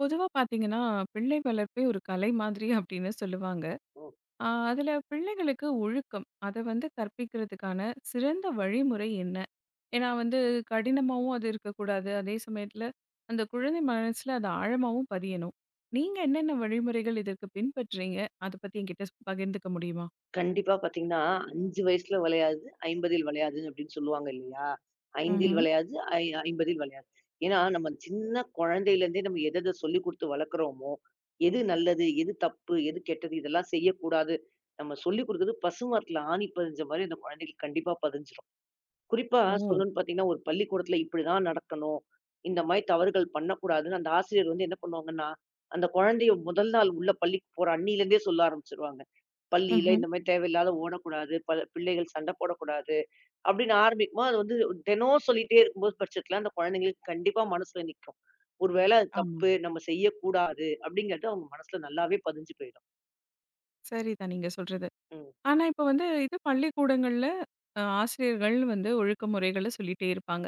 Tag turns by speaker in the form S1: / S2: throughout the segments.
S1: பொதுவா பார்த்தீங்கன்னா, பிள்ளை வளர்ப்பே ஒரு கலை மாதிரி அப்படின்னு சொல்லுவாங்க. அதுல பிள்ளைகளுக்கு ஒழுக்கம், அத வந்து கற்பிக்கிறதுக்கான சிறந்த வழிமுறை என்ன? ஏன்னா வந்து கடினமாவும் அது இருக்கக்கூடாது. அதே சமயத்துல அந்த குழந்தை மனசுல அது ஆழமாவும் பதியணும். நீங்க என்னென்ன வழிமுறைகள் இதற்கு பின்பற்றீங்க? அத பத்தி என்கிட்ட பகிர்ந்துக்க முடியுமா?
S2: கண்டிப்பா பாத்தீங்கன்னா, 5 வயசுல வளையாது, 50ல் வளையாதுன்னு அப்படின்னு சொல்லுவாங்க இல்லையா? 5ல்
S1: ம்ஹ்ம்.
S2: வளையாது, ஐ 50ல் வளையாது. ஏன்னா, நம்ம சின்ன குழந்தையிலேருந்தே நம்ம எத எத சொல்லிக் குடுத்து வளர்க்குறோமோ, எது நல்லது, எது தப்பு, எது கெட்டது, இதெல்லாம் செய்யக்கூடாது. நம்ம சொல்லிக் குடுக்குறது பசுமரத்தில ஆணி பதிஞ்ச மாரி அந்த குழந்தைகளுக்கு கண்டிப்பா பதிஞ்சிரும். குறிப்பா
S1: ஓ!
S2: சொல்லணும்னு பார்த்தீங்கன்னா, ஒரு பள்ளிக்கூடத்துல இப்படிதான் நடக்கணும். இந்த மாரி தவறுகள் பண்ணக்கூடாதுன்னு அந்த ஆசிரியர் வந்து என்ன பண்ணுவாங்கன்னா, அந்த குழந்தைய முதல் நாள் உள்ள பள்ளிக்கு போற அன்னியிலேருந்தே சொல்ல ஆரம்பிச்சுருவாங்க. பள்ளியில
S1: ம்ஹ்ம்.
S2: இந்த மாரி தேவையில்லாத ஓடக்கூடாது, பிள்ளைகள் சண்ட போடக்கூடாது அப்படின்னு ஆரம்பிக்குமா, அது வந்து தினம் சொல்லிட்டே இருக்கும்போது பட்சத்துல அந்த குழந்தைங்களுக்கு கண்டிப்பா மனசுல நிக்கும். ஒரு வேளை அது
S1: ஆமா.
S2: தப்பு, நம்ம செய்யக்கூடாது அப்படிங்கிறது அவங்க மனசுல நல்லாவே பதிஞ்சு போயிடும்.
S1: சரிதான் நீங்க சொல்றது.
S2: ம்.
S1: ஆனா இப்ப வந்து இது பள்ளிக்கூடங்கள்ல ஆசிரியர்கள் வந்து ஒழுக்க முறைகள சொல்லிட்டே இருப்பாங்க.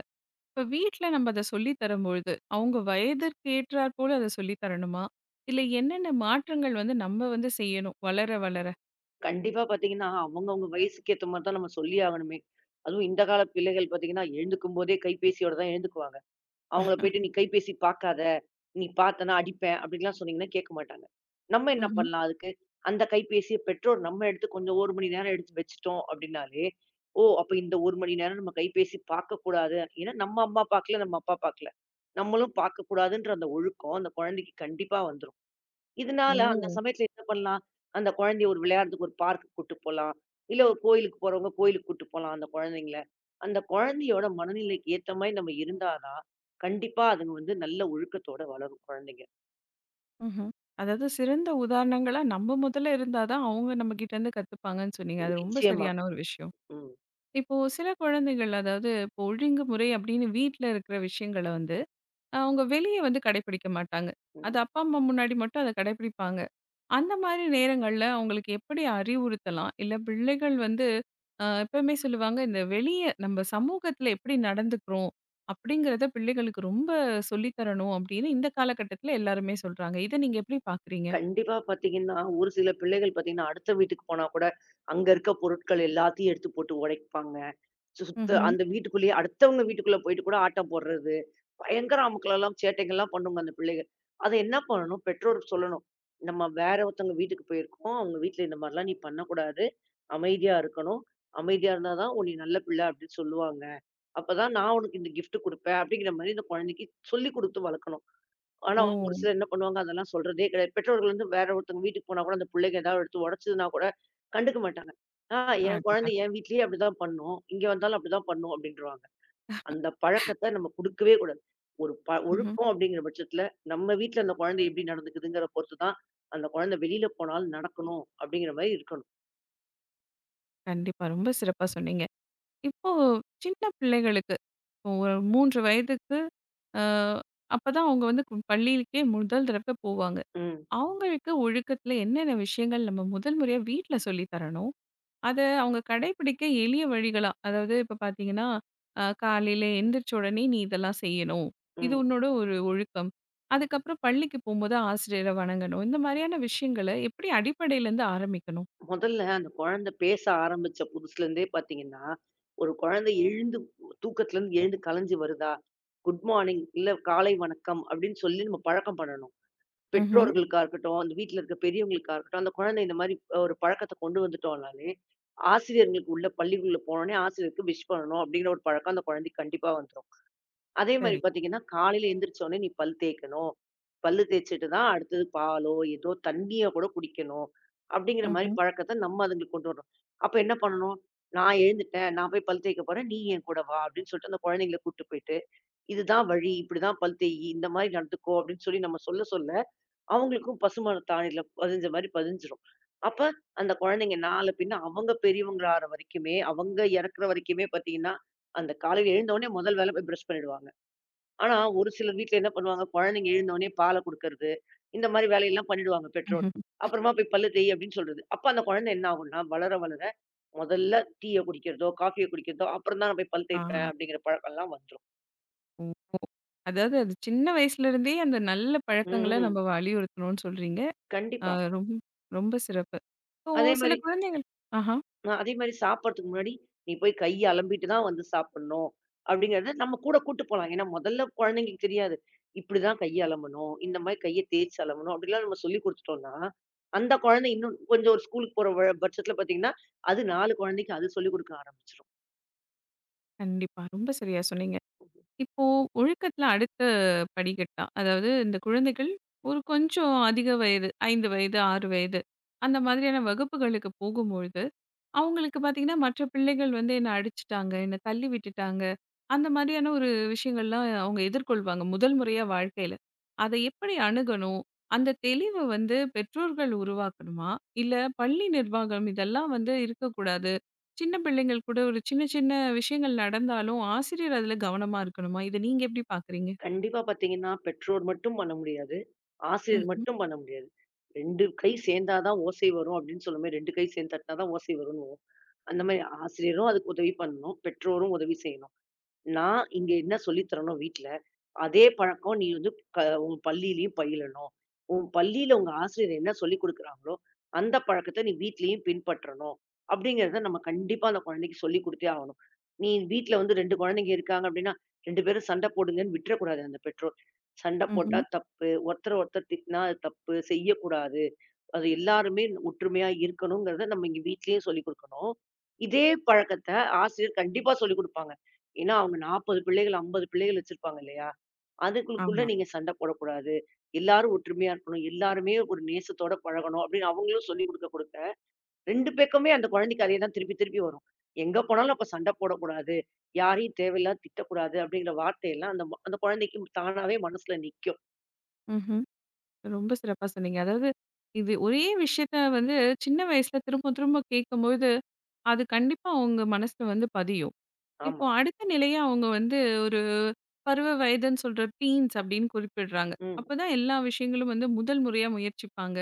S1: இப்ப வீட்ல நம்ம அத சொல்லி தரும்பொழுது, அவங்க வயதிற்கு ஏற்றார் போல அத சொல்லி தரணுமா? இல்ல என்னென்ன மாற்றங்கள் வந்து நம்ம வந்து செய்யணும் வளர, வளர?
S2: கண்டிப்பா பாத்தீங்கன்னா, அவங்கவங்க வயசுக்கு ஏத்த மாரி தான் நம்ம சொல்லியே ஆகணுமே. அதுவும் இந்த கால பிள்ளைகள் பாத்தீங்கன்னா, எழுந்துக்கும்போதே கைபேசியோட தான் எழுந்துக்குவாங்க. அவங்கள போயிட்டு, "நீ கைபேசி பாக்காத, நீ பாத்தேன்னா அடிப்பேன்" அப்படின்லாம் சொன்னீங்கன்னா கேட்க மாட்டாங்க. நம்ம என்ன
S1: ம்ஹ்ம்.
S2: பண்ணலாம் அதுக்கு? அந்த கைபேசிய பெற்றோர் நம்ம எடுத்து கொஞ்சம் 1 மணி நேரம் எடுத்து வச்சுட்டோம் அப்படின்னாலே, "ஓ! அப்ப இந்த 1 மணி நேரம் நம்ம கைபேசி பாக்கக்கூடாது. ஏன்னா நம்ம அம்மா பாக்கல, நம்ம அப்பா பாக்கல. நம்மளும் பாக்கக்கூடாதுன்ற" அந்த ஒழுக்கம் அந்த குழந்தைக்கு கண்டிப்பா வந்துரும். இதனால அந்த
S1: ஓ!
S2: சமயத்துல என்ன பண்ணலாம்? அந்த குழந்தைய ஒரு விளையாடுறதுக்கு ஒரு பார்க்குக்கு கூட்டு போலாம். இல்ல ஒரு கோயிலுக்கு போறவங்க கோயிலுக்கு கூட்டு போலாம் அந்த குழந்தைங்கள. அந்த குழந்தையோட மனநிலைக்கு ஏத்த மாரி நம்ம இருந்தா தான், கண்டிப்பா அதுங்க வந்து நல்ல ஒழுக்கத்தோட வளரும் குழந்தைங்க.
S1: ம்ஹ்ம். அதாவது சிறந்த உதாரணங்களா நம்ம முதல்ல இருந்தா தான் அவங்க நம்மகிட்டருந்து கத்துப்பாங்கன்னு சொன்னீங்க. அது ரொம்ப
S2: நிச்சயமா.
S1: சரியான ஒரு விஷயம்.
S2: ம்,
S1: இப்போ சில குழந்தைகள் அதாவது இப்போ ஒழுங்குமுறை அப்படின்னு வீட்ல இருக்கிற விஷயங்கள வந்து அவங்க வெளிய வந்து கடைபிடிக்க மாட்டாங்க.
S2: ம்.
S1: அது அப்பா, அம்மா முன்னாடி மட்டும் அத கடைபிடிப்பாங்க. அந்த மாரி நேரங்கள்ல அவங்களுக்கு எப்படி அறிவுறுத்தலாம்? இல்ல பிள்ளைகள் வந்து எப்பவுமே சொல்லுவாங்க, இந்த வெளிய நம்ம சமூகத்துல எப்படி நடந்துக்கிறோம்? அப்படிங்கிறத பிள்ளைகளுக்கு ரொம்ப சொல்லி தரணும் அப்படின்னு இந்த காலகட்டத்துல எல்லாருமே சொல்றாங்க. இத நீங்க எப்படி பார்க்குறீங்க?
S2: கண்டிப்பா பார்த்தீங்கன்னா, ஒரு சில பிள்ளைகள் பார்த்தீங்கன்னா, அடுத்த வீட்டுக்கு போனா கூட, அங்க இருக்க பொருட்கள் எல்லாத்தையும் எடுத்து போட்டு உடைப்பாங்க. சுத்த
S1: ம்ஹ்ம்.
S2: அந்த வீட்டுக்குள்ளேயே அடுத்தவங்க வீட்டுக்குள்ள போயிட்டு கூட ஆட்டம் போடுறது. பயங்கர அமுக்கலலாம், சேட்டைகள்லாம் பண்ணுங்க அந்த பிள்ளைக. அத என்ன பண்ணணும்? பெற்றோர் சொல்லணும். நம்ம வேற ஒருத்தவங்க வீட்டுக்கு போயிருக்கோம். அவங்க வீட்ல இந்த மாரிலாம் நீ பண்ணக்கூடாது. அமைதியா இருக்கணும். அமைதியா இருந்தா தான் உன்னை நல்ல பிள்ளை அப்டின்னு சொல்லுவாங்க. அப்பதான் நான் உனக்கு இந்த கிஃப்ட் குடுப்பேன். அப்டிங்கிற மாரி இந்த குழந்தைக்கு சொல்லிக் குடுத்து வளர்க்கணும். ஆனா,
S1: ஓ!
S2: அவங்க ஒரு சிலர் என்ன பண்ணுவாங்க, அதெல்லாம் சொல்றதே கிடையாது. பெற்றோர்கள் வந்து வேற ஒருத்தவங்க வீட்டுக்கு போனா கூட, அந்த புள்ளைங்க ஏதாவது எடுத்து உடைச்சதுன்னா கூட கண்டுக்க மாட்டாங்க. "ஆ என்
S1: அடடா!
S2: குழந்தை என் வீட்லயே அப்படிதான் பண்ணும். இங்க வந்தாலும் அப்படிதான் பண்ணும்." அப்படின்ருவாங்க. அந்த பழக்கத்த நம்ம குடுக்கவே கூடாது. ஒரு
S1: ம்ஹ்ம்.
S2: ஒழுக்கம் அப்படிங்கிற பட்சத்துல, நம்ம வீட்ல அந்த குழந்தை எப்படி நடந்துக்குதுங்கிற பொறுத்து தான், அந்த குழந்தை வெளியில போனாலும் நடக்கணும் அப்படிங்கிற மாரி இருக்கணும்.
S1: கண்டிப்பா. ரொம்ப சிறப்பா சொன்னீங்க. இப்போ சின்ன பிள்ளைகளுக்கு, இப்போ ஒரு 3 வயதுக்கு அ அப்பதான் அவங்க வந்து பள்ளிக்கே முதல் தடவ போவாங்க.
S2: ம்,
S1: அவங்களுக்கு ஒழுக்கத்துல என்னென்ன விஷயங்கள் நம்ம முதல் முறையா வீட்ல சொல்லி தரணும்? அத அவங்க கடைபிடிக்க எளிய வழிகளா, அதாவது இப்ப பார்த்தீங்கன்னா, காலையில எந்திரிச்ச உடனே நீ இதெல்லாம் செய்யணும். இது
S2: ம்.
S1: உன்னோட ஒரு ஒழுக்கம். அதுக்கப்புறம் பள்ளிக்கு போம்போது ஆசிரியர வணங்கணும். இந்த மாரியான விஷயங்கள எப்படி அடிப்படையிலேருந்து ஆரம்பிக்கணும்?
S2: முதல்ல அந்த குழந்தை பேச ஆரம்பிச்ச புதுசுல இருந்தே பார்த்தீங்கன்னா, ஒரு குழந்தை எழுந்து தூக்கத்துல இருந்து எழுந்து கலைஞ்சு வருதா, குட் மார்னிங், இல்ல காலை வணக்கம் அப்படின்னு சொல்லி நம்ம பழக்கம் பண்ணணும்.
S1: ம்ஹ்ம்.
S2: பெற்றோர்களுக்கா இருக்கட்டும், அந்த வீட்ல இருக்க பெரியவங்களுக்கா இருக்கட்டும், அந்த குழந்தை இந்த மாரி ஒரு பழக்கத்த கொண்டு வந்துட்டோம்னாலே, ஆசிரியர்களுக்கு உள்ள பள்ளிக்குள்ள போனோனே ஆசிரியருக்கு விஷ் பண்ணணும் அப்படிங்கிற ஒரு பழக்கம் அந்த குழந்தைக்கு கண்டிப்பா வந்துரும். அதே மாரி
S1: சரி.
S2: பாத்தீங்கன்னா, காலையில எந்திரிச்ச உடனே நீ பல் தேய்க்கணும். பல்லு தேய்ச்சுட்டு தான் அடுத்தது பாலோ, ஏதோ தண்ணிய கூட குடிக்கணும். அப்படிங்கிற மாரி
S1: ம்ஹ்ம்.
S2: பழக்கத்த நம்ம அதுங்களுக்கு கொண்டு வரணும். அப்ப என்ன பண்ணணும்? நான் எழுந்துட்டேன். நான் போய் பல் தேய்க்க போறேன். நீ என் கூட வா அப்படின்னு சொல்லிட்டு அந்த குழந்தைங்கள கூட்டு போயிட்டு, இதுதான் வழி. இப்படிதான் பல் தேயி. இந்த மாரி நடந்துக்கோ அப்படின்னு சொல்லி நம்ம சொல்ல சொல்ல, அவங்களுக்கும் பசுமான தாணில பதிஞ்ச மாரி பதிஞ்சிரும். அப்ப அந்த குழந்தைங்க நாள பின்ன அவங்க பெரியவங்களாற வரைக்குமே, அவங்க இறக்குற வரைக்குமே பாத்தீங்கன்னா, அந்த காலையில எழுந்த உடனே முதல் வேலை போய் பிரஷ் பண்ணிடுவாங்க. ஆனா, ஒரு சிலர் வீட்ல என்ன பண்ணுவாங்க, குழந்தைங்க எழுந்தவுனே பால குடுக்கறது, இந்த மாரி வேலையெல்லாம் பண்ணிடுவாங்க பெற்றோர்.
S1: ம்ஹ்ம்.
S2: அப்புறமா போய் பல்லு தேய் அப்படின்னு சொல்றது. அப்ப அந்த குழந்தை என்ன ஆகும்ன்னா, வளர வளர முதல்ல டீய குடிக்கிறதோ, காஃபிய குடிக்கிறதோ, அப்புறம் தான் நான் போய் பல்
S1: ஆ.
S2: தேய்ப்பேன் அப்படிங்கிற பழக்கம்லாம் வந்துரும்.
S1: அதாவது அது சின்ன வயசுலேருந்தே அந்த நல்ல பழக்கங்கள நம்ம
S2: ம்.
S1: வலியுறுத்தணும்னு சொல்றீங்க. அ
S2: கண்டிப்பா.
S1: ரொம் ரொம்ப சிறப்பு. இப்போ
S2: அதே
S1: சில
S2: மாரி
S1: குழந்தைகள் ஆஹா.
S2: அதே மாரி சாப்படுறதுக்கு முன்னாடி, "நீ போய் கைய அலம்பிட்டு தான் வந்து சாப்பிடணும்." அப்படிங்கிறத நம்ம கூட கூட்டு போலாம். ஏன்னா, முதல்ல குழந்தைங்களுக்கு தெரியாது. இப்படிதான் கைய அலம்பணும். இந்த மாரி கைய தேய்ச்சு அலம்பணும். அப்படிலாம் நம்ம சொல்லிக் குடுத்துட்டோம்னா, அந்த குழந்தை இன்னும் கொஞ்சம் ஒரு ஸ்கூலுக்கு போற பட்சத்துல பார்த்தீங்கன்னா, அது 4 குழந்தைக்கு அது சொல்லிக் கொடுக்க ஆரம்பிச்சுரும்.
S1: கண்டிப்பா. ரொம்ப சரியா சொன்னீங்க. இப்போ ஒழுக்கத்துல அடுத்த படிக்கட்டா, அதாவது இந்த குழந்தைகள் ஒரு கொஞ்சம் அதிக வயது 5 வயது, 6 வயது அந்த மாதிரியான வகுப்புகளுக்கு போகும்பொழுது, அவங்களுக்கு பார்த்தீங்கன்னா, மற்ற பிள்ளைகள் வந்து என்ன அடிச்சுட்டாங்க, என்ன தள்ளி விட்டுட்டாங்க, அந்த மாதிரியான ஒரு விஷயங்கள்லாம் அவங்க எதிர்கொள்வாங்க முதல் முறையா வாழ்க்கையில. அத எப்படி அணுகணும்? அந்த தெளிவ வந்து பெற்றோர்கள் உருவாக்கணுமா? இல்ல பள்ளி நிர்வாகம் இதெல்லாம் வந்து இருக்கக்கூடாது. சின்ன பிள்ளைங்கள் கூட ஒரு சின்ன சின்ன விஷயங்கள் நடந்தாலும், ஆசிரியர் அதுல கவனமா இருக்கணுமா? இத நீங்க எப்படி பார்க்குறீங்க?
S2: கண்டிப்பா பார்த்தீங்கன்னா, பெற்றோர் மட்டும் பண்ண முடியாது. ஆசிரியர்
S1: ம்ஹ்ம்,
S2: மட்டும் பண்ண முடியாது. 2 கை சேர்ந்தா தான் ஓசை வரும் அப்படின்னு சொல்லுமே, 2 கை சேர்ந்து தட்டினா தான் ஓசை வரும்னுவோம். அந்த மாரி ஆசிரியரும் அதுக்கு உதவி பண்ணணும். பெற்றோரும் உதவி செய்யணும். நான் இங்க என்ன சொல்லி தரேனோ வீட்ல, அதே பழக்கம் நீ வந்து க உன் பள்ளியிலயும் பயிலணும். உன் பள்ளியில உங்க ஆசிரியர் என்ன சொல்லிக் குடுக்குறாங்களோ, அந்த பழக்கத்த நீ வீட்லயும் பின்பற்றணும். அப்படிங்கிறத நம்ம கண்டிப்பா அந்த குழந்தைக்கு சொல்லிக் குடுத்தே ஆகணும். நீ வீட்ல வந்து 2 குழந்தைங்க இருக்காங்க அப்படின்னா, 2 பேரும் சண்டை போடுங்கன்னு விட்டுறக்கூடாது அந்த பெற்றோர். சண்டை போட்டா
S1: ம்ஹ்ம்.
S2: தப்பு. ஒருத்தர ஒருத்தர் திட்டினா அது தப்பு. செய்யக்கூடாது. அது எல்லாருமே ஒற்றுமையா இருக்கணுங்கிறத நம்ம இங்க வீட்லயும் சொல்லிக் குடுக்கணும். இதே பழக்கத்த ஆசிரியர் கண்டிப்பா சொல்லிக் குடுப்பாங்க. ஏன்னா, அவங்க 40 பிள்ளைகள், 50 பிள்ளைகள் வச்சிருப்பாங்க இல்லையா? அதுங்களுக்குள்ள
S1: ஆமா.
S2: நீங்க சண்டை போடக்கூடாது. எல்லாரும் ஒற்றுமையா இருக்கணும். எல்லாருமே ஒரு நேசத்தோட பழகணும் அப்படின்னு அவங்களும் சொல்லிக் குடுக்க குடுக்க 2 பக்கமே அந்த குழந்தைக்கு அதே தான் திருப்பி திருப்பி வரும். எங்க போனாலும் அப்ப சண்டை போடக்கூடாது. யாரையும் தேவையில்லாம திட்டக்கூடாது அப்படிங்கிற வார்த்தையெல்லாம் அந்த அந்த குழந்தைக்கு தானாவே மனசுல நிக்கும்.
S1: ம்ஹ்ம். ரொம்ப சிறப்பா சொன்னீங்க. அதாவது இது ஒரே விஷயத்த வந்து சின்ன வயசுல திரும்ப திரும்ப கேட்கும்போது, அது கண்டிப்பா அவங்க மனசுல வந்து பதியும். இப்போ
S2: ஆமா.
S1: அடுத்த நிலையா அவங்க வந்து ஒரு பருவ வயதுன்னு சொல்ற டீன்ஸ் அப்படின்னு குறிப்பிடுறாங்க.
S2: ம்.
S1: அப்பதான் எல்லா விஷயங்களும் வந்து முதல் முறையா முயற்சிப்பாங்க.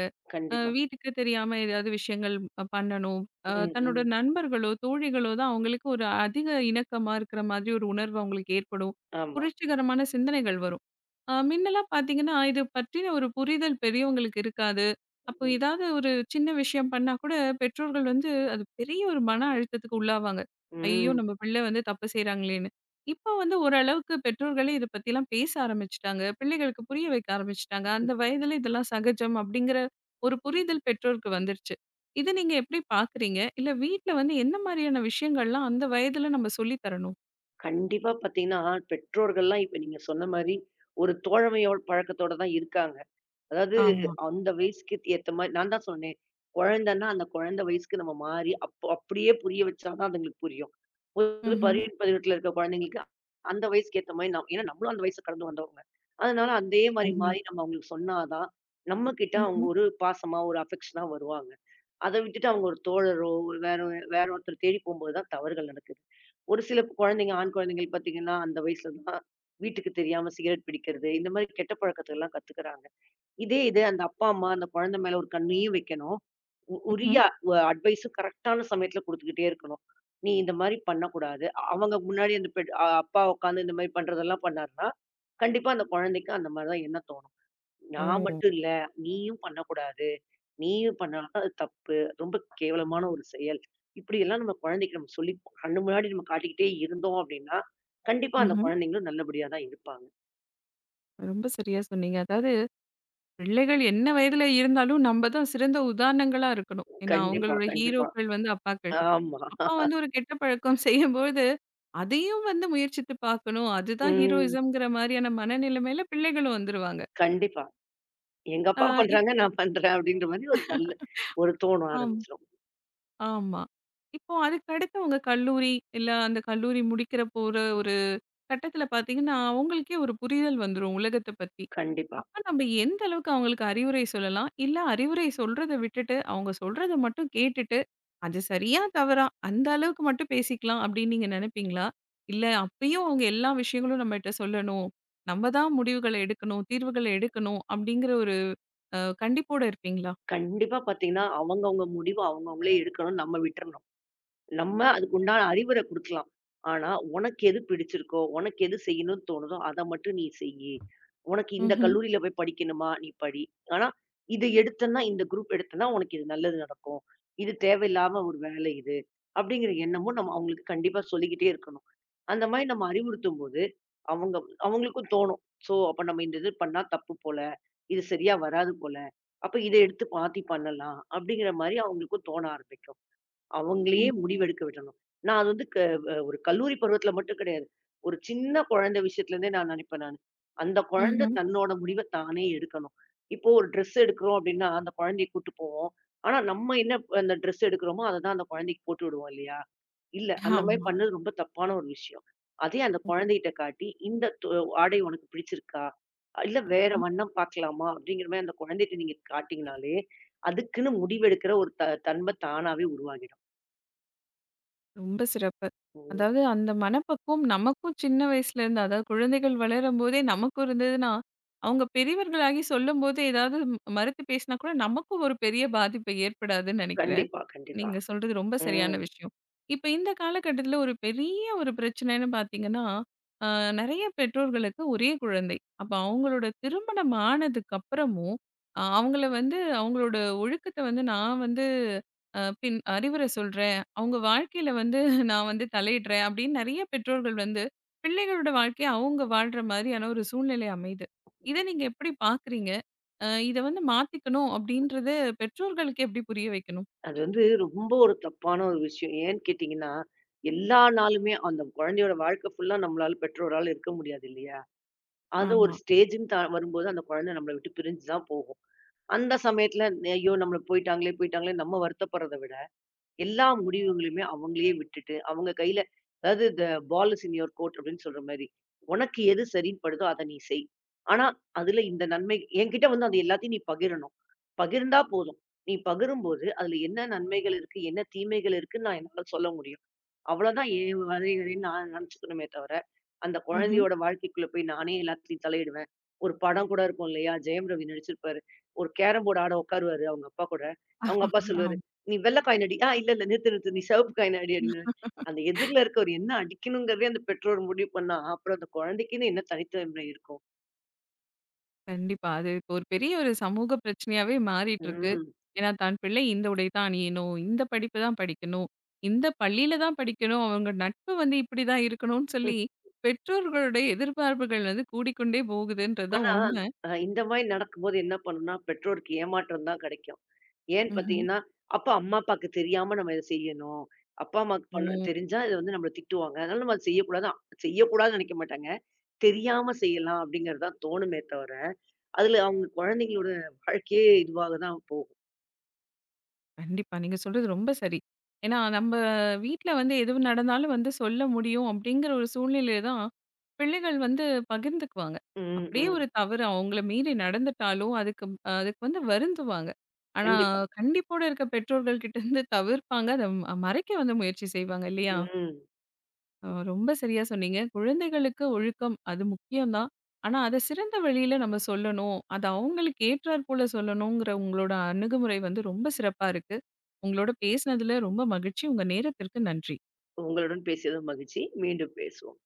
S2: கண்டிப்பா.
S1: வீட்டுக்கு தெரியாம ஏதாவது விஷயங்கள் பண்ணணும்.
S2: ம்,
S1: தன்னோட
S2: ம்.
S1: நண்பர்களோ, தோழிகளோ தான் அவங்களுக்கு ஒரு அதிக இணக்கமா இருக்கிற மாதிரி ஒரு உணர்வு அவங்களுக்கு ஏற்படும்.
S2: ஆமா.
S1: புரட்சிகரமான சிந்தனைகள் வரும். முன்னலாம் பார்த்தீங்கன்னா, இது பற்றின ஒரு புரிதல் பெரியவங்களுக்கு இருக்காது. அப்போ
S2: ம்.
S1: ஏதாவது ஒரு சின்ன விஷயம் பண்ணா கூட பெற்றோர்கள் வந்து அது பெரிய ஒரு மன அழுத்தத்துக்கு உள்ளாவாங்க. ஐயோ!
S2: ம்.
S1: நம்ம பிள்ளை வந்து தப்பு செய்றாங்களேன்னு. இப்போ வந்து ஓரளவுக்கு பெற்றோர்களே இத பத்திலாம் பேச ஆரம்பிச்சுட்டாங்க. பிள்ளைகளுக்கு புரிய வைக்க ஆரம்பிச்சுட்டாங்க. அந்த வயதில இதெல்லாம் சகஜம் அப்படிங்கிற ஒரு புரிதல் பெற்றோருக்கு வந்துருச்சு. இத நீங்க எப்படி பார்க்குறீங்க? இல்ல வீட்ல வந்து என்ன மாரியான விஷயங்கள்லாம் அந்த வயதுல நம்ம சொல்லி தரணும்?
S2: கண்டிப்பா பாத்தீங்கன்னா, பெற்றோர்கள்லாம் இப்ப நீங்க சொன்ன மாரி ஒரு தோழமையோட பழக்கத்தோட தான் இருக்காங்க. அதாவது
S1: ஆமா.
S2: அந்த வயசுக்கு ஏத்த மாரி நான் தான் சொன்னேன். குழந்தைன்னா, அந்த குழந்தை வயசுக்கு நம்ம மாறி, அப்போ அப்படியே புரிய வச்சா தான் அதுங்களுக்கு புரியும். ஒரு
S1: ம்ஹ்ம்.
S2: 18, 18 இருக்க குழந்தைங்களுக்கு அந்த வயசுக்கு ஏத்த மாரி நாம் ஏன்னா நம்மளும் அந்த வயச கடந்து வந்தவங்க. அதனால அதே மாரி
S1: உண்ம.
S2: மாறி நம்ம அவங்களுக்கு சொன்னா தான், நம்மகிட்ட அவங்க
S1: ம்ஹ்ம்.
S2: ஒரு பாசமா, ஒரு அஃபெக்ஷனா வருவாங்க. அத விட்டுட்டு அவங்க ஒரு தோழரோ, ஒரு வேற வேற ஒருத்தர தேடி போம்போது தான் தவறுகள் நடக்குது. ஒரு சில குழந்தைங்க, ஆண் குழந்தைகள் பார்த்தீங்கன்னா, அந்த வயசுல தான் வீட்டுக்கு தெரியாம சிகரெட் பிடிக்கிறது, இந்த மாரி கெட்ட பழக்கத்தெல்லாம் கத்துக்கிறாங்க. இதே இது அந்த அப்பா, அம்மா அந்த குழந்தை மேல ஒரு கண்ணையும் வைக்கணும். உரிய
S1: ம்ஹ்ம்.
S2: அட்வைஸும் கரெக்ட்டான சமயத்துல குடுத்துக்கிட்டே இருக்கணும். நீ இந்த மாரி பண்ணக்கூடாது. அவங்க முன்னாடி அந்த பெட் அ அப்பா உட்கார்ந்து இந்த மாரி பண்றதெல்லாம் பண்ணாருன்னா, கண்டிப்பா அந்த குழந்தைக்கு அந்த மாரி தான் எண்ணம் தோணும்.
S1: ஓ!
S2: நான் மட்டும் இல்ல, நீயும் பண்ணக்கூடாது. நீயும் பண்ணாலும் அது தப்பு. ரொம்ப கேவலமான ஒரு செயல். இப்படியெல்லாம் நம்ம குழந்தைக்கு நம்ம சொல்லி கண்ணு முன்னாடி நம்ம காட்டிக்கிட்டே இருந்தோம் அப்படின்னா, கண்டிப்பா அந்த
S1: ம்ஹ்ம்.
S2: குழந்தைங்களும் நல்லபடியா தான் இருப்பாங்க.
S1: ரொம்ப சரியா சொன்னீங்க. அதாவது பிள்ளைகள் என்ன வயதுல இருந்தாலும் நம்ம தான் சிறந்த உதாரணங்களா இருக்கணும். ஏன்னா
S2: கண்டிப்பா,
S1: அவங்களோட
S2: கண்டிப்பா.
S1: ஹீரோக்கள் வந்து அப்பாக்கள்.
S2: ஆமா.
S1: அப்பா வந்து ஒரு கெட்ட பழக்கம் செய்யும்போது, அதையும் வந்து முயற்சித்து பார்க்கணும். அதுதான்
S2: ம்.
S1: ஹீரோயிசம்ங்கிற மாரியான மனநிலைமையில பிள்ளைகளும் வந்துருவாங்க.
S2: கண்டிப்பா. எங்க
S1: ஆ
S2: அப்பா பண்றாங்க,
S1: இப்போ
S2: நான் பண்றேன் அப்படின்ற மாரி ஒரு நல்ல ஒரு தோணும்
S1: ஆமா.
S2: ஆரம்பிச்சுரும்.
S1: ஆமா. இப்போ அதுக்கடுத்து உங்க கல்லூரி, இல்ல அந்த கல்லூரி முடிக்கிற போற ஒரு கட்டத்துல பார்த்தீங்கன்னா, அவங்களுக்கே ஒரு புரிதல் வந்துரும் உலகத்த பத்தி.
S2: கண்டிப்பா.
S1: அப்ப நம்ம எந்த அளவுக்கு அவங்களுக்கு அறிவுரை சொல்லலாம்? இல்ல அறிவுரை சொல்றத விட்டுட்டு, அவங்க சொல்றத மட்டும் கேட்டுட்டு, அது சரியா, தவறா அந்த அளவுக்கு மட்டும் பேசிக்கலாம் அப்படின்னு நீங்க நெனைப்பீங்களா? இல்ல அப்பயும் அவங்க எல்லா விஷயங்களும் நம்மட்ட சொல்லணும். நம்ம தான் முடிவுகள எடுக்கணும், தீர்வுகள எடுக்கணும் அப்படிங்கிற ஒரு கண்டிப்போட இருப்பீங்களா?
S2: கண்டிப்பா பாத்தீங்கன்னா, அவங்கவங்க முடிவு அவங்கவங்களே எடுக்கணும். நம்ம விட்டுறணும். நம்ம அதுக்கு உண்டான அறிவுரை குடுக்கலாம். ஆனா, "உனக்கு எது பிடிச்சிருக்கோ, உனக்கு எது செய்யணும்னு தோணுதோ, அத மட்டும் நீ செய்யி. உனக்கு இந்த
S1: ம்ஹ்ம்.
S2: கல்லூரியில போய் படிக்கணுமா, நீ படி. ஆனா, இது எடுத்தன்னா, இந்த குரூப் எடுத்தன்னா, உனக்கு இது நல்லது நடக்கும். இது தேவையில்லாம ஒரு வேலை இது." அப்படிங்கிற எண்ணமும் நம்ம அவங்களுக்கு கண்டிப்பா சொல்லிக்கிட்டே இருக்கணும். அந்த மாரி நம்ம அறிவுறுத்தும்போது, அவங்க அவங்களுக்கும் தோணும். "சோ, அப்ப நம்ம இந்த இது பண்ணா தப்பு போல. இது சரியா வராது போல. அப்ப இத எடுத்து மாத்தி பண்ணலாம்." அப்படிங்கிற மாரி அவங்களுக்கும் தோண ஆரம்பிக்கும். அவங்களயே
S1: ம்.
S2: முடிவெடுக்க விடணும். நான் அது வந்து க அ ஒரு கல்லூரி பருவத்தில மட்டும் கிடையாது. ஒரு சின்ன குழந்தை விஷயத்துலேருந்தே நான் நினைப்பேன் நானு. அந்த குழந்தை
S1: ம்ஹ்ம்.
S2: தன்னோட முடிவ தானே எடுக்கணும். இப்போ ஒரு ட்ரெஸ் எடுக்கிறோம் அப்படின்னா, அந்த குழந்தைய கூட்டு போவோம். ஆனா நம்ம என்ன அந்த ட்ரெஸ் எடுக்கிறோமோ, அத தான் அந்த குழந்தைக்கு போட்டு விடுவோம் இல்லையா? இல்ல. அந்த மாரி
S1: ஆமா.
S2: பண்ணது ரொம்ப தப்பான ஒரு விஷயம். அதே அந்த குழந்தைகிட்ட காட்டி, "இந்த ஆடை உனக்கு பிடிச்சிருக்கா? இல்ல வேற வண்ணம் பார்க்கலாமா?" அப்படிங்கிற மாரி அந்த குழந்தைட்ட நீங்க காட்டிங்கனாலே, அதுக்குன்னு முடிவெடுக்கிற ஒரு தன்ம தானாவே உருவாகிடும்.
S1: ரொம்ப சிறப்பு.
S2: ஓ!
S1: அதாவது அந்த மனப்பக்குவம் நமக்கும் சின்ன வயசுலேருந்து, அதாவது குழந்தைகள் வளரும்போதே நமக்கும் இருந்ததுன்னா, அவங்க பெரியவர்களாகி சொல்லும்போது ஏதாவது மறுத்து பேசினா கூட நமக்கும் ஒரு பெரிய பாதிப்பை ஏற்படாதுன்னு நெனைக்கிறேன்.
S2: கண்டிப்பா, கண்டிப்பா.
S1: நீங்க சொல்றது ரொம்ப சரியான
S2: ம்.
S1: விஷயம். இப்ப இந்த காலகட்டத்தில ஒரு பெரிய ஒரு பிரச்சனைன்னு பார்த்தீங்கன்னா, அ நெறைய பெற்றோர்களுக்கு ஒரே குழந்தை. அப்ப அவங்களோட திருமணம் ஆனதுக்கு அப்புறமும், அவங்கள வந்து அவங்களோட ஒழுக்கத்த வந்து நான் வந்து பின் அறிவுரை சொல்றேன். அவங்க வாழ்க்கையில வந்து நான் வந்து தலையிடுறேன் அப்படின்னு நெறைய பெற்றோர்கள் வந்து, பிள்ளைகளோட வாழ்க்கைய அவங்க வாழ்ற மாதிரியான ஒரு சூழ்நிலை அமையுது. இத நீங்க எப்படி பார்க்குறீங்க? இத வந்து மாத்திக்கணும் அப்படின்றத பெற்றோர்களுக்கு எப்படி புரிய வைக்கணும்?
S2: அது வந்து ரொம்ப ஒரு தப்பான ஒரு விஷயம். ஏன்னு கேட்டீங்கன்னா, எல்லா நாளுமே அந்த குழந்தையோட வாழ்க்கை ஃபுல்லா நம்மளால பெற்றோரால இருக்க முடியாது இல்லையா? அது ஒரு
S1: ஆமா.
S2: ஸ்டேஜ்ன்னு தா வரும்போது அந்த குழந்தை நம்மள விட்டு பிரிஞ்சு தான் போகும். அந்த சமயத்துல, "ஐயோ! நம்மள போயிட்டாங்களே போயிட்டாங்களே" நம்ம வருத்தப்படுறத விட, எல்லா முடிவுகளையுமே அவங்களயே விட்டுட்டு, அவங்க கையில அதாவது ball is in your court" அப்படின்னு சொல்ற மாரி. உனக்கு எது சரின்னு படுதோ அத நீ செய். ஆனா, அதுல இந்த நன்மை என்கிட்ட வந்து அது எல்லாத்தையும் நீ பகிரணும். பகிர்ந்தா போதும். நீ பகிரும்போது, அதுல என்ன நன்மைகள் இருக்கு, என்ன தீமைகள் இருக்குன்னு நான் என்னால சொல்ல முடியும். அவ்வளோதான் என் வரைன்னு நான் நினச்சுக்கணுமே தவிர, அந்த
S1: ம்ஹ்ம்.
S2: குழந்தையோட வாழ்க்கைக்குள்ள போய் நானே எல்லாத்துலயும் தலையிடுவேன். ஒரு படம் கூட இருக்கும் இல்லையா? ஜெயம் ரவி நடிச்சிருப்பாரு. ஒரு கேரம் போர்டு ஆட உட்காருவாரு அவங்க அப்பா கூட. அவங்க அப்பா
S1: ஆமா.
S2: சொல்லுவாரு, "நீ வெள்ள காயின் அடி." "ஆ இல்ல, இல்ல நிறுத்து, நிறுத்து. நீ சிவப்பு காயின் அடி" அப்படின்னுவாரு. அந்த எதிர்ல இருக்கவர் என்ன அடிக்கணுங்கிறதே அந்த பெற்றோர் முடிவு பண்ணா, அப்புறம் அந்த குழந்தைக்குன்னு என்ன தனித்தன்மை இருக்கும்?
S1: கண்டிப்பா. அது இப்போ ஒரு பெரிய ஒரு சமூக பிரச்சனையாவே மாறிட்டு இருக்கு.
S2: ம்.
S1: ஏன்னா, தன் பிள்ளை இந்த உடை தான் அணியணும், இந்த படிப்பு தான் படிக்கணும், இந்த பள்ளியில தான் படிக்கணும், அவங்க நட்பு வந்து இப்படிதான் இருக்கணும்னு சொல்லி, பெற்றோர்களுடைய எதிர்பார்ப்புகள் வந்து கூடிக்கொண்டே போகுதுன்றது தான்
S2: ஆனா,
S1: உண்மை.
S2: அ இந்த மாரி நடக்கும்போது என்ன பண்ணும்னா, பெற்றோருக்கு ஏமாற்றம் தான் கிடைக்கும். ஏன்னு
S1: ம்ஹ்ம்.
S2: பார்த்தீங்கன்னா, அப்ப அம்மா, அப்பாக்கு தெரியாம நம்ம இத செய்யணும். அப்பா, அம்மாக்கு
S1: ஓ!
S2: பண்ண தெரிஞ்சா இது வந்து நம்மள திட்டுவாங்க. அதனால நம்ம அத செய்யக்கூடாது. செய்யக்கூடாதுன்னு நெனைக்க மாட்டாங்க. தெரியாம செய்யலாம் அப்படிங்கிறது தான் தோணுமே தவிர, அதுல அவங்க குழந்தைங்களோட வாழ்க்கையே இதுவாக தான் போகும்.
S1: கண்டிப்பா. நீங்க சொல்றது ரொம்ப சரி. ஏன்னா, நம்ப வீட்ல வந்து எது நடந்தாலும் வந்து சொல்ல முடியும் அப்படிங்கிற ஒரு சூழ்நிலையில தான் பிள்ளைகள் வந்து பகிர்ந்துக்குவாங்க.
S2: ம்,
S1: அப்படியே
S2: ம்.
S1: ஒரு தவறு அவங்கள மீறி நடந்துட்டாலும் அதுக்கு அதுக்கு வந்து வருந்துவாங்க. ஆனா,
S2: கண்டிப்பா.
S1: கண்டிப்போட இருக்க பெற்றோர்கள் கிட்ட இருந்து தவிர்ப்பாங்க. அத மறைக்க வந்து முயற்சி செய்வாங்க இல்லையா?
S2: ம்.
S1: ரொம்ப சரியா சொன்னீங்க. குழந்தைகளுக்கு ஒழுக்கம் அது முக்கியம் தான். ஆனா, அத சிறந்த வழியில நம்ம சொல்லணும். அது அவங்களுக்கு ஏற்றார் போல சொல்லணுங்கிற உங்களோட அணுகுமுறை வந்து ரொம்ப சிறப்பா இருக்கு. உங்களோட பேசினதுல ரொம்ப மகிழ்ச்சி. உங்க நேரத்திற்கு நன்றி.
S2: உங்களுடன் பேசியது மகிழ்ச்சி. மீண்டும் பேசுவோம்.